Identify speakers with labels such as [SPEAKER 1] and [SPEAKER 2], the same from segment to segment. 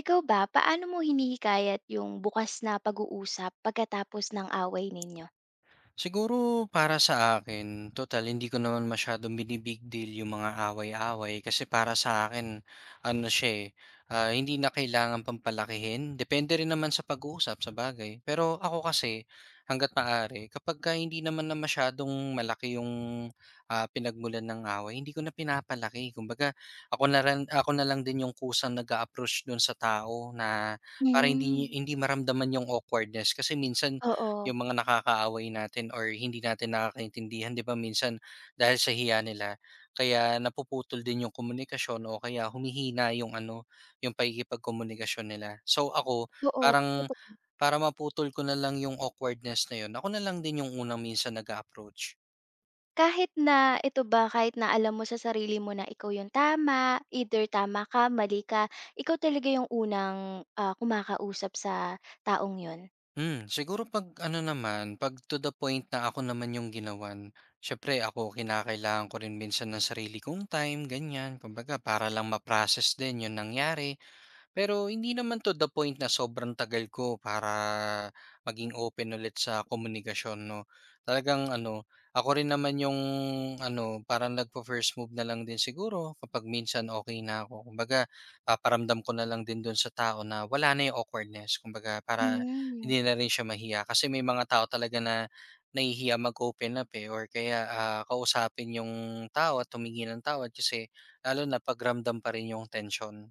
[SPEAKER 1] Ikaw ba, paano mo hinihikayat yung bukas na pag-uusap pagkatapos ng away ninyo?
[SPEAKER 2] Siguro para sa akin, total hindi ko naman masyadong bini-big deal yung mga away-away kasi para sa akin ano siya, eh, ah, hindi na kailangan pampalakihin. Depende rin naman sa pag-uusap, sa bagay. Pero ako kasi hangga't maaari kapagka hindi naman na masyadong malaki yung, pinagmulan ng away, hindi ko na pinapalaki. Kumbaga ako na lang din yung kusang nag-a-approach dun sa tao na para hindi
[SPEAKER 1] Hmm.
[SPEAKER 2] hindi maramdaman yung awkwardness, kasi minsan
[SPEAKER 1] Oo.
[SPEAKER 2] yung mga nakakaaway natin or hindi natin nakakaintindihan, 'di ba, minsan dahil sa hiya nila kaya napuputol din yung komunikasyon o kaya humihina yung ano, yung pakikipagkomunikasyon nila. So ako,
[SPEAKER 1] Oo,
[SPEAKER 2] parang
[SPEAKER 1] totoo.
[SPEAKER 2] para maputol ko na lang yung awkwardness na yun, ako na lang din yung unang minsan nag approach.
[SPEAKER 1] Kahit na ito ba, kahit na alam mo sa sarili mo na ikaw yung tama, either tama ka, mali ka, ikaw talaga yung unang, kumakausap sa taong yun?
[SPEAKER 2] Hmm, siguro 'pag ano naman, 'pag to the point na ako naman yung ginawan, syempre ako kinakailangan ko rin minsan ng sarili kong time, ganyan. Kumbaga para lang ma-process din yung nangyari. Pero hindi naman to the point na sobrang tagal ko para maging open ulit sa komunikasyon 'no. Talagang ano, ako rin naman yung ano, parang nagfa-first move na lang din siguro kapag minsan okay na ako. Kumbaga paparamdam ko na lang din dun sa tao na wala na yung awkwardness, kumbaga para
[SPEAKER 1] Hmm.
[SPEAKER 2] hindi na rin siya mahiya. Kasi may mga tao talaga na nahihiya mag-open up, eh, or kaya, kausapin yung tao at humingi ng tawad kasi lalo na 'pag ramdam pa rin yung tensyon.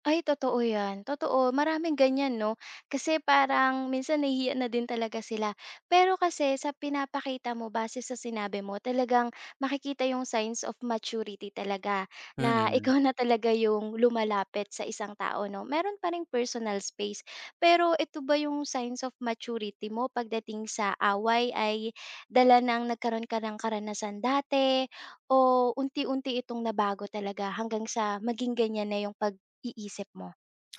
[SPEAKER 1] Ay totoo 'yan, totoo maraming ganyan 'no, kasi parang minsan nahihiya na din talaga sila. Pero kasi sa pinapakita mo base sa sinabi mo talagang makikita yung signs of maturity talaga na
[SPEAKER 2] Mm.
[SPEAKER 1] ikaw na talaga yung lumalapit sa isang tao 'no. Meron pa ring personal space, pero ito ba yung signs of maturity mo pagdating sa away ay dala ng nagkaroon ka ng karanasan dati o unti-unti itong nabago talaga hanggang sa maging ganyan na yung pag iisip mo?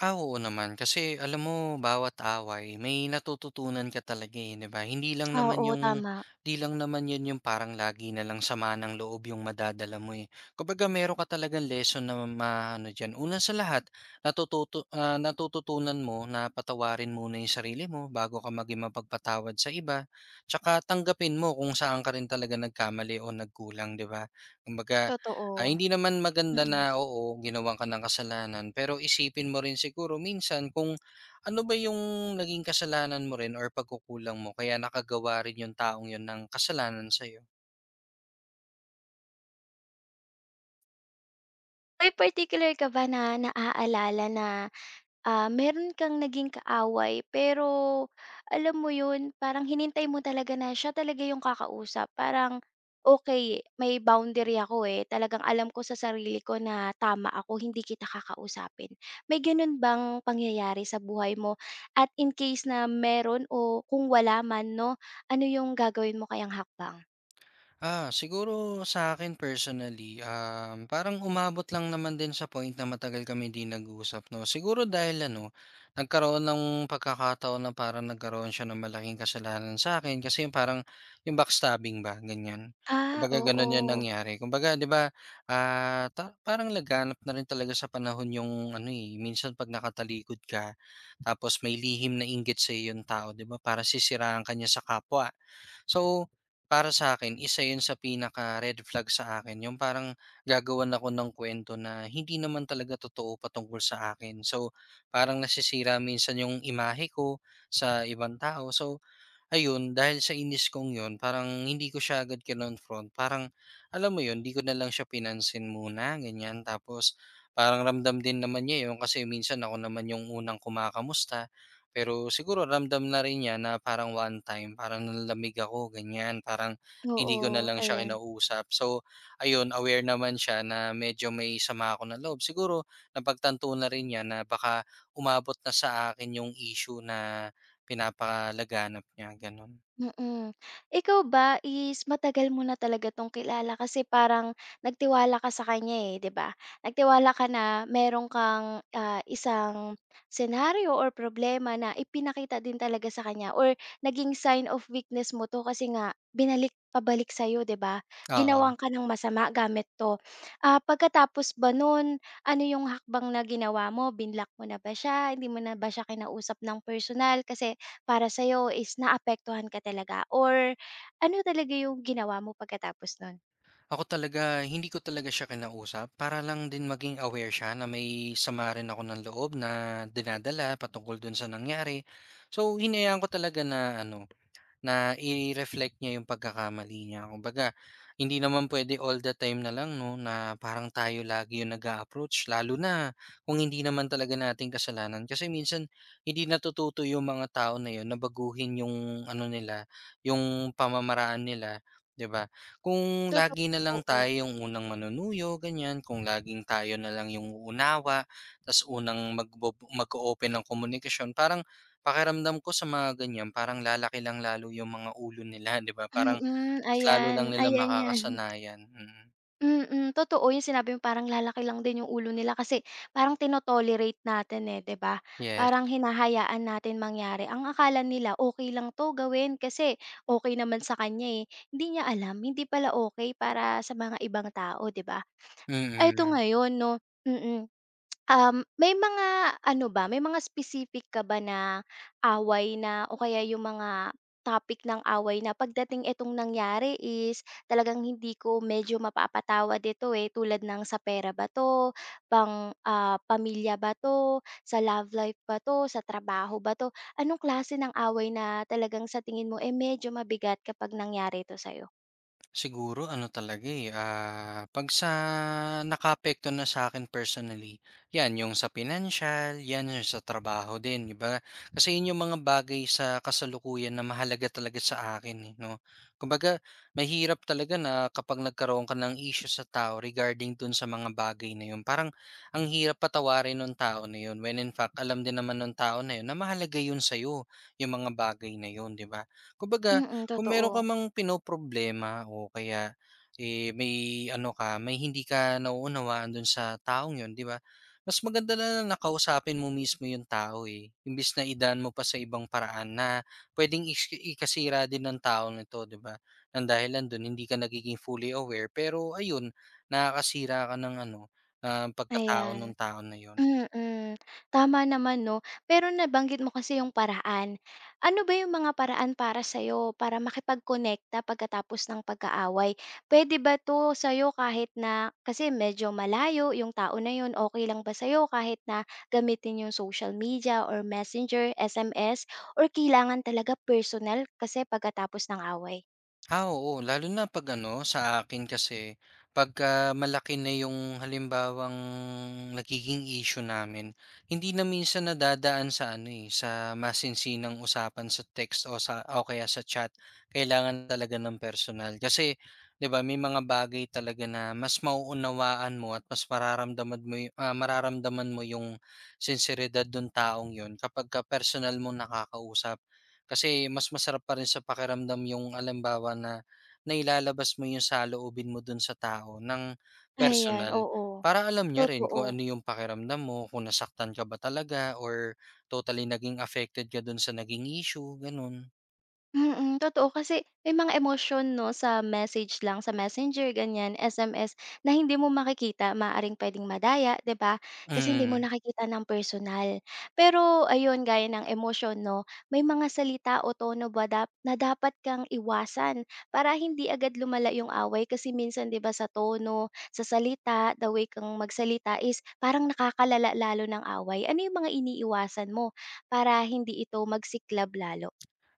[SPEAKER 2] Ah, oo naman. Kasi alam mo bawat away may natututunan ka talaga, eh, 'di ba?
[SPEAKER 1] Oo, tama.
[SPEAKER 2] Hindi lang naman 'yun yung parang lagi na lang sama ng loob yung madadala mo, eh. Kumbaga meron ka talagang lesson na maano diyan. Una sa lahat, natututunan mo na patawarin muna yung sarili mo bago ka maging mapagpatawad sa iba. Tsaka tanggapin mo kung saan ka rin talaga nagkamali o nagkulang, 'di ba? Kumbaga,
[SPEAKER 1] Totoo.
[SPEAKER 2] hindi naman maganda na,
[SPEAKER 1] Mm.
[SPEAKER 2] oo, ginawan ka ng kasalanan, pero isipin mo rin siguro minsan kung ano ba yung naging kasalanan mo rin or pagkukulang mo kaya nakagawa rin yung taong yun ng kasalanan sa'yo.
[SPEAKER 1] May particular ka ba na naaalala na, meron kang naging kaaway pero alam mo yun, parang hinintay mo talaga na siya talaga yung kakausap. Parang, "Okay, may boundary ako, eh. Talagang alam ko sa sarili ko na tama ako, hindi kita kakausapin." May ganun bang pangyayari sa buhay mo? At in case na meron o kung wala man 'no, ano yung gagawin mo kayang hakbang?
[SPEAKER 2] Ah, siguro sa akin personally, parang umabot lang naman din sa point na matagal kami 'di nag-usap 'no. Siguro dahil ano, nagkaroon ng pagkakataon na parang nagkaroon siya ng malaking kasalanan sa akin kasi yung parang yung backstabbing ba, ganyan.
[SPEAKER 1] Ah,
[SPEAKER 2] Kumbaga gano'n
[SPEAKER 1] oo.
[SPEAKER 2] yung nangyari. Kumbaga 'di ba, ah, ta parang laganap na rin talaga sa panahon yung ano, eh, minsan 'pag nakatalikod ka tapos may lihim na inggit sa yung tao, 'di ba, para sisiraan ka niya sa kapwa. So, para sa akin isa 'yun sa pinaka-red flag sa akin, yung parang gagawan ako ng kwento na hindi naman talaga totoo patungkol sa akin. So, parang nasisira minsan yung imahe ko sa ibang tao. So, ayun, dahil sa inis kong 'yun parang hindi ko siya agad kinonfront, parang alam mo 'yun, 'di ko na lang siya pinansin muna ganyan. Tapos parang ramdam din naman niya 'yun kasi minsan ako naman yung unang kumakamusta. Pero siguro ramdam na rin niya na parang one time parang nanlamig ako ganyan, parang hindi
[SPEAKER 1] Oo,
[SPEAKER 2] ko na lang siya
[SPEAKER 1] ayan,
[SPEAKER 2] kinausap. So ayun, aware naman siya na medyo may sama ako na loob. Siguro napagtanto na rin niya na baka umabot na sa akin yung issue na pinapalaganap niya, gano'n.
[SPEAKER 1] mm. Ikaw ba is matagal mo na talaga 'tong kilala kasi parang nagtiwala ka sa kanya, eh, 'di ba? Nagtiwala ka na meron kang, isang senaryo or problema na ipinakita din talaga sa kanya or naging sign of weakness mo 'to kasi nga binalik pabalik sa'yo, 'di ba?
[SPEAKER 2] Oo.
[SPEAKER 1] Ginawang ka ng masama gamit 'to. Ah, pagkatapos ba nun, ano yung hakbang na ginawa mo? Binlock mo na ba siya? Hindi mo na ba siya kinausap ng personal? Kasi para sa'yo is naapektuhan ka talaga or ano talaga yung ginawa mo pagkatapos nun?
[SPEAKER 2] Ako talaga, hindi ko talaga siya kinausap para lang din maging aware siya na may sama rin ako ng loob na dinadala patungkol dun sa nangyari. So, hinayaan ko talaga na ano, na i-reflect niya yung pagkakamali niya. Kumbaga, hindi naman pwede all the time na lang 'no, na parang tayo lagi yung nag approach lalo na kung hindi naman talaga nating kasalanan. Kasi minsan hindi natututo yung mga tao na yun na baguhin yung ano nila, yung pamamaraan nila, 'di ba? Kung
[SPEAKER 1] Totoo,
[SPEAKER 2] lagi na lang
[SPEAKER 1] oo.
[SPEAKER 2] tayo yung unang manunuyo, ganyan, kung laging tayo na lang yung unawa, ta's unang mag-o-open ng komunikasyon, parang pakiramdam ko sa mga ganyan parang lalaki lang lalo yung mga ulo nila 'di ba, parang
[SPEAKER 1] Mm,
[SPEAKER 2] mas lalo
[SPEAKER 1] ayan,
[SPEAKER 2] lang nila
[SPEAKER 1] ayan 'yan.
[SPEAKER 2] makakasanayan, mm.
[SPEAKER 1] Mm, totoo yung sinabi mo parang lalaki lang din yung ulo nila kasi parang tinotolerate natin, eh, 'di ba?
[SPEAKER 2] Yes,
[SPEAKER 1] Parang hinahayaan natin mangyari. Ang akala nila okay lang 'to gawin kasi okay naman sa kanya, eh. Hindi niya alam hindi pala okay para sa mga ibang tao, 'di ba? Ay ito
[SPEAKER 2] mm.
[SPEAKER 1] ngayon 'no, mm. May mga ano ba, may mga specific ka ba na away na o kaya yung mga topic ng away na pagdating itong nangyari is talagang hindi ko medyo mapapatawad ito eh, tulad ng sa pera ba 'to, pang, pamilya ba 'to, sa love life ba 'to, sa trabaho ba 'to? Anong klase ng away na talagang sa tingin mo, eh, medyo mabigat kapag nangyari ito sa'yo?
[SPEAKER 2] Siguro ano talaga, eh, 'pag sa nakaapekto na sa akin personally, 'yan yung sa financial, 'yan yung sa trabaho din, 'di ba? Kasi yun yung mga bagay sa kasalukuyan na mahalaga talaga sa akin, eh, 'no? Kumbaga mahirap talaga na kapag nagkaroon ka ng issue sa tao regarding dun sa mga bagay na yun, parang ang hirap patawarin nung tao na yun when in fact alam din naman ng tao na yun na mahalaga yun sa'yo, yung mga bagay na yun, 'di ba? Kumbaga
[SPEAKER 1] Mm,
[SPEAKER 2] kung meron ka
[SPEAKER 1] totoo,
[SPEAKER 2] mang pinoproblema o kaya, eh, may ano ka, may hindi ka nauunawaan do'n sa taong 'yon, 'di ba? Mas maganda na lang na mo mismo 'yung tao, eh, imbes na idaan mo pa sa ibang paraan na puwedeng is ikasira din ng taong nito, 'di ba? Ng dahilan do'n hindi ka nagiging fully aware, pero ayun, nakakasira ka ng ano, ng pagkatao
[SPEAKER 1] ayan.
[SPEAKER 2] nung tao na 'yon.
[SPEAKER 1] Mm, tama naman 'no. Pero nabanggit mo kasi yung paraan. Ano ba yung mga paraan para sa'yo para magkap-connecta pagkatapos ng pag-aaway? Pwede ba 'to sa'yo kahit na kasi medyo malayo yung tao na yun, okey lang ba sa'yo kahit na gamitin yung social media or messenger, SMS, or kailangan talaga personal kasi pagkatapos ng away?
[SPEAKER 2] Ah, oo. Lalo na 'pag ano, sa akin kasi, pagka malaki na yung halimbawang nagiging issue namin, hindi na minsan nadadaan sa ano, eh, sa masinsinang usapan sa text o sa o kaya sa chat. Kailangan talaga ng personal. Kasi 'di ba may mga bagay talaga na mas mauunawaan mo at mas mararamdaman mo yung sinseridad nung taong yun kapagka personal mo nakakausap. Kasi mas masarap pa rin sa pakiramdam yung halimbawa na nailalabas mo yung saloobin mo dun sa tao ng
[SPEAKER 1] Ayan,
[SPEAKER 2] personal.
[SPEAKER 1] oo,
[SPEAKER 2] Para alam niya rin kung
[SPEAKER 1] totoo.
[SPEAKER 2] ano yung pakiramdam mo, kung nasaktan ka ba talaga or totally naging affected ka dun sa naging issue, ganun.
[SPEAKER 1] Mm, totoo kasi may mga emosyon 'no, sa message lang, sa Messenger ganyan, SMS na hindi mo makikita, maaring puwedeng madaya, 'di ba? Kasi hindi mo
[SPEAKER 2] Mm.
[SPEAKER 1] nakikita ng personal. Pero ayun, gaya ng emosyon 'no, may mga salita o tono ba dapat kang iwasan para hindi agad lumala yung away kasi minsan 'di ba sa tono, sa salita, the way kang magsalita is parang nakakalala lalo ng away. Ano yung mga iniiwasan mo para hindi ito magsiklab lalo?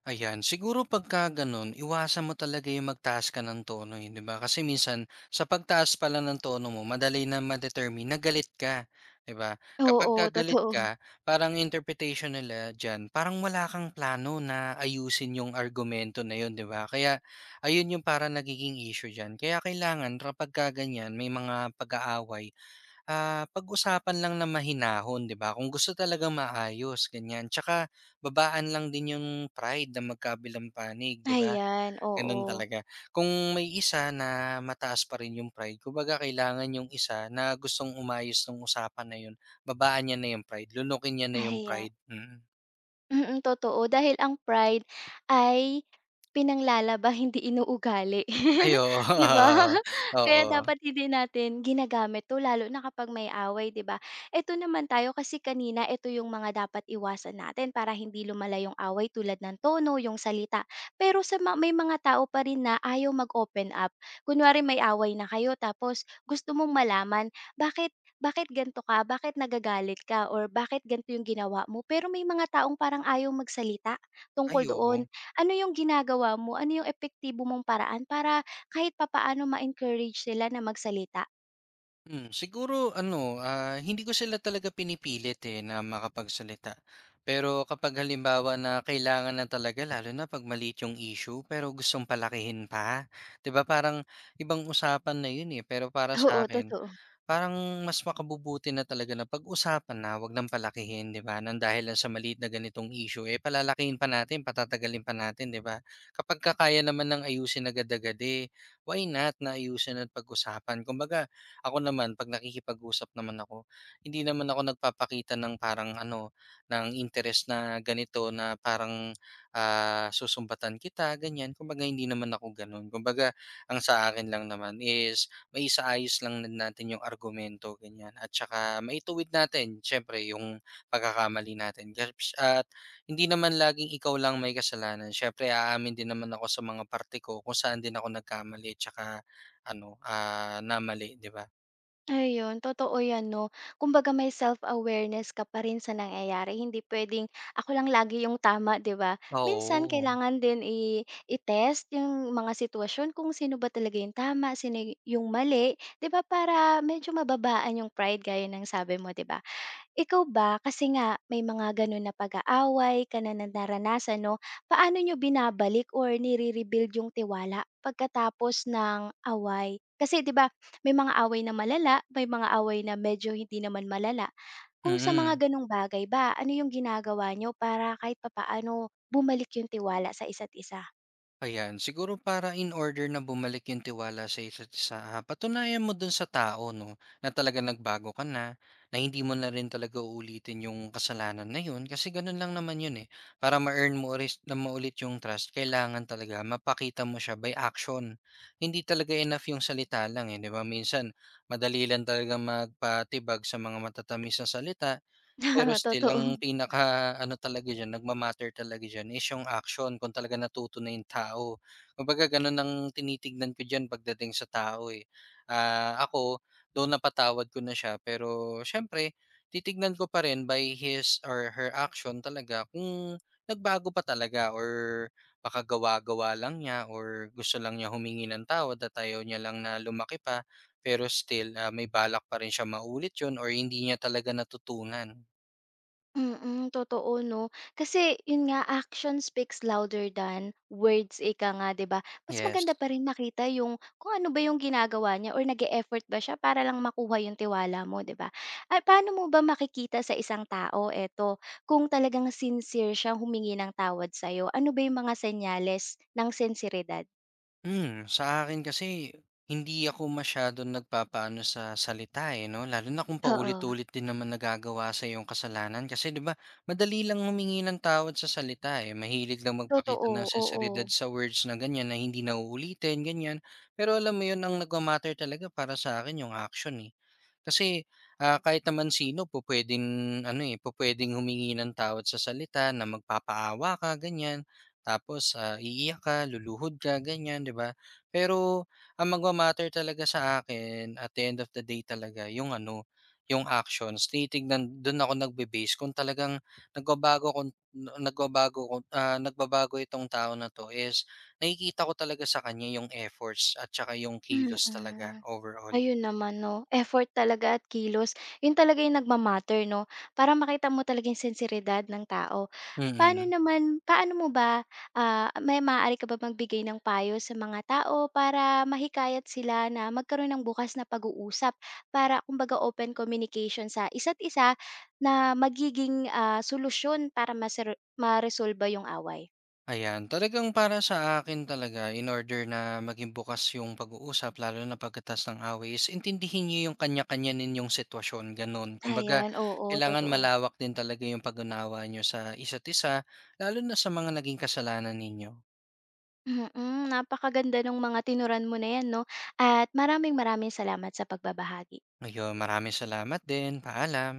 [SPEAKER 2] Ayan, siguro pagka gano'n, iwasan mo talaga yung magtaas ka ng tono, eh, 'di ba? Kasi minsan sa pagtaas pa ng tono mo, madali na ma-determine na galit ka, 'di ba? Kapag ka
[SPEAKER 1] Oo,
[SPEAKER 2] galit
[SPEAKER 1] totoo.
[SPEAKER 2] ka, parang interpretation nila diyan, parang wala kang plano na ayusin yung argumento na yun, 'di ba? Kaya ayun yung parang nagiging issue diyan. Kaya kailangan kapag ka ganyan, may mga pag-aaway, pag-usapan lang na mahinahon, 'di ba? Kung gusto talagang maayos, ganyan. Tsaka babaan lang din yung pride na magkabilang panig, 'di ba?
[SPEAKER 1] Ayan,
[SPEAKER 2] Ganun
[SPEAKER 1] oo.
[SPEAKER 2] talaga. Kung may isa na mataas pa rin yung pride, kumbaga kailangan yung isa na gustong umayos ng usapan na yun, babaan niya na yung pride, lunukin niya na yung
[SPEAKER 1] Aya
[SPEAKER 2] pride. Mm.
[SPEAKER 1] mm, totoo dahil ang pride ay pinanglalaba hindi inuugali,
[SPEAKER 2] Ay, oo.
[SPEAKER 1] 'di ba? Kaya
[SPEAKER 2] Oo.
[SPEAKER 1] dapat hindi natin ginagamit 'to lalo na kapag may away, 'di ba? Eto naman tayo kasi kanina eto yung mga dapat iwasan natin para hindi lumala yung away tulad ng tono, yung salita. Pero sa ma may mga tao pa rin na ayaw mag-open up. Kunwari may away na kayo tapos gusto mong malaman bakit. Gan'to ka, bakit nagagalit ka or bakit gan'to yung ginawa mo, pero may mga taong parang ayaw magsalita tungkol
[SPEAKER 2] Ay,
[SPEAKER 1] doon.
[SPEAKER 2] oo.
[SPEAKER 1] Ano yung ginagawa mo, ano yung epektibo mong paraan para kahit papaano ma-encourage sila na magsalita?
[SPEAKER 2] Hmm, siguro ano, hindi ko sila talaga pinipilit eh na makapagsalita. Pero kapag halimbawa na kailangan na talaga, lalo na pag maliit yung issue, pero gustong palakihin pa, 'di ba parang ibang usapan na yun eh. Pero para sa
[SPEAKER 1] Oo,
[SPEAKER 2] akin,
[SPEAKER 1] totoo.
[SPEAKER 2] parang mas makabubuti na talaga na pag-usapan na, wag ng palakihin, 'di ba? Nang dahil lang sa maliit na ganitong issue, eh, palalakihin pa natin, patatagalin pa natin, 'di ba? Kapag kaya naman ng ayusin agad-agad, eh, why not na ayusin at pag-usapan? Kumbaga, ako naman, pag nakikipag-usap naman ako, hindi naman ako nagpapakita ng parang ano, ng interest na ganito na parang susumbatan kita, ganyan. Kumbaga, hindi naman ako ganun. Kumbaga, ang sa akin lang naman is maisaayos lang din natin yung argumento ganyan at saka maituwid natin siyempre yung pagkakamali natin gaps, at hindi naman laging ikaw lang may kasalanan, siyempre aamin din naman ako sa mga parte ko kung saan din ako nagkamali at saka ano, namali, 'di ba?
[SPEAKER 1] Ayun, totoo 'yan 'no. Kumbaga may self-awareness ka pa rin sa nangyayari, hindi puwedeng ako lang lagi yung tama, 'di ba? Minsan
[SPEAKER 2] Oo,
[SPEAKER 1] kailangan din i-test yung mga sitwasyon kung sino ba talaga yung tama, yung mali, 'di ba, para medyo mababaan yung pride gaya ng sabi mo, 'di ba? Ikaw ba, kasi nga may mga gano'n na pag-aaway ka na na naranasan 'no, paano niyo binabalik or nire-rebuild yung tiwala pagkatapos ng away? Kasi 'di ba may mga away na malala, may mga away na medyo hindi naman malala. Kung sa
[SPEAKER 2] mm.
[SPEAKER 1] mga gano'ng bagay ba, ano yung ginagawa niyo para kahit papaano bumalik yung tiwala sa isa't isa?
[SPEAKER 2] Ayan, siguro para in order na bumalik yung tiwala sa isa't isa, patunayan mo dun sa tao, no, na talaga nagbago ka na, na hindi mo na rin talaga uulitin yung kasalanan na yun, kasi ganun lang naman yun eh. Para ma-earn mo ulit, na maulit yung trust, kailangan talaga mapakita mo siya by action. Hindi talaga enough yung salita lang eh, di ba? Minsan, madali lang talaga magpatibag sa mga matatamis na salita, pero still
[SPEAKER 1] Totoo.
[SPEAKER 2] ang pinaka-ano talaga diyan, nagma talaga diyan is yung action kung talaga natuto na yung tao. Kumbaga gano'n ang tinitignan ko diyan pagdating sa tao, eh. Ah, ako, though napatawad ko na siya pero siyempre titignan ko pa rin by his or her action talaga kung nagbago pa talaga or baka gawa-gawa lang niya or gusto lang niya humingi ng tawad at ayaw niya lang na lumaki pa. Pero still, may balak pa rin siya maulit 'yun or hindi niya talaga natutunan.
[SPEAKER 1] Mm, totoo 'no. Kasi yun nga, action speaks louder than words, ika nga, 'di ba? Mas
[SPEAKER 2] Yes.
[SPEAKER 1] maganda pa rin makita yung kung ano ba yung ginagawa niya or nag effort ba siya para lang makuha yung tiwala mo, 'di ba? At paano mo ba makikita sa isang tao eto, kung talagang sincere siyang humingi ng tawad sa'yo? Ano ba yung mga senyales ng sinseridad?
[SPEAKER 2] Hmm, sa akin kasi hindi ako masyadong nagpapaano sa salita, eh, 'no, lalo na kung
[SPEAKER 1] Oo,
[SPEAKER 2] paulit-ulit din naman nagagawa sa yung kasalanan kasi, 'di ba, madali lang humingi ng tawad sa salita, eh, mahilig lang magpakita
[SPEAKER 1] totoo,
[SPEAKER 2] ng sinseridad
[SPEAKER 1] oo.
[SPEAKER 2] sa words na ganiyan, na hindi na uulitin, ganiyan. Pero alam mo 'yun, ang nagma-matter talaga para sa akin yung action, eh. Kasi, kahit naman sino pupuwedeng ano, eh, pupuwedeng humingi ng tawad sa salita na magpapaawa ka, ganiyan. Tapos, iiyak ka, luluhod ka, ganyan, 'di ba? Pero ang magma-matter talaga sa akin at the end of the day talaga yung ano, yung actions. Titignan do'n ako nagbe-base kung talagang nagbabago kung nagbabago itong tao na 'to is nakikita ko talaga sa kanya yung efforts at saka yung kilos talaga
[SPEAKER 1] Mm.
[SPEAKER 2] overall.
[SPEAKER 1] Ayun naman 'no, effort talaga at kilos, yun talaga yung nagma 'no, para makita mo talaga yung sinseridad ng tao.
[SPEAKER 2] Mm.
[SPEAKER 1] Paano
[SPEAKER 2] Mm.
[SPEAKER 1] naman paano mo ba, may maaari ka ba magbigay ng payo sa mga tao para mahikayat sila na magkaroon ng bukas na pag-uusap para kumbaga open communication sa isa't isa na magiging, solusyon para maresolba yung away?
[SPEAKER 2] Ayan, talagang para sa akin talaga in order na maging bukas yung pag-uusap lalo na pagkatas ng away is intindihin niyo yung kanya-kanya ninyong sitwasyon, gano'n. Kumbaga,
[SPEAKER 1] Ayan, oo,
[SPEAKER 2] kailangan
[SPEAKER 1] totoo.
[SPEAKER 2] malawak din talaga yung pag-unawa niyo sa isa't isa, lalo na sa mga naging kasalanan ninyo.
[SPEAKER 1] Mm, napakaganda ng mga tinuran mo na 'yan 'no, at maraming maraming salamat sa pagbabahagi.
[SPEAKER 2] Ngayon, maraming salamat din. Paalam.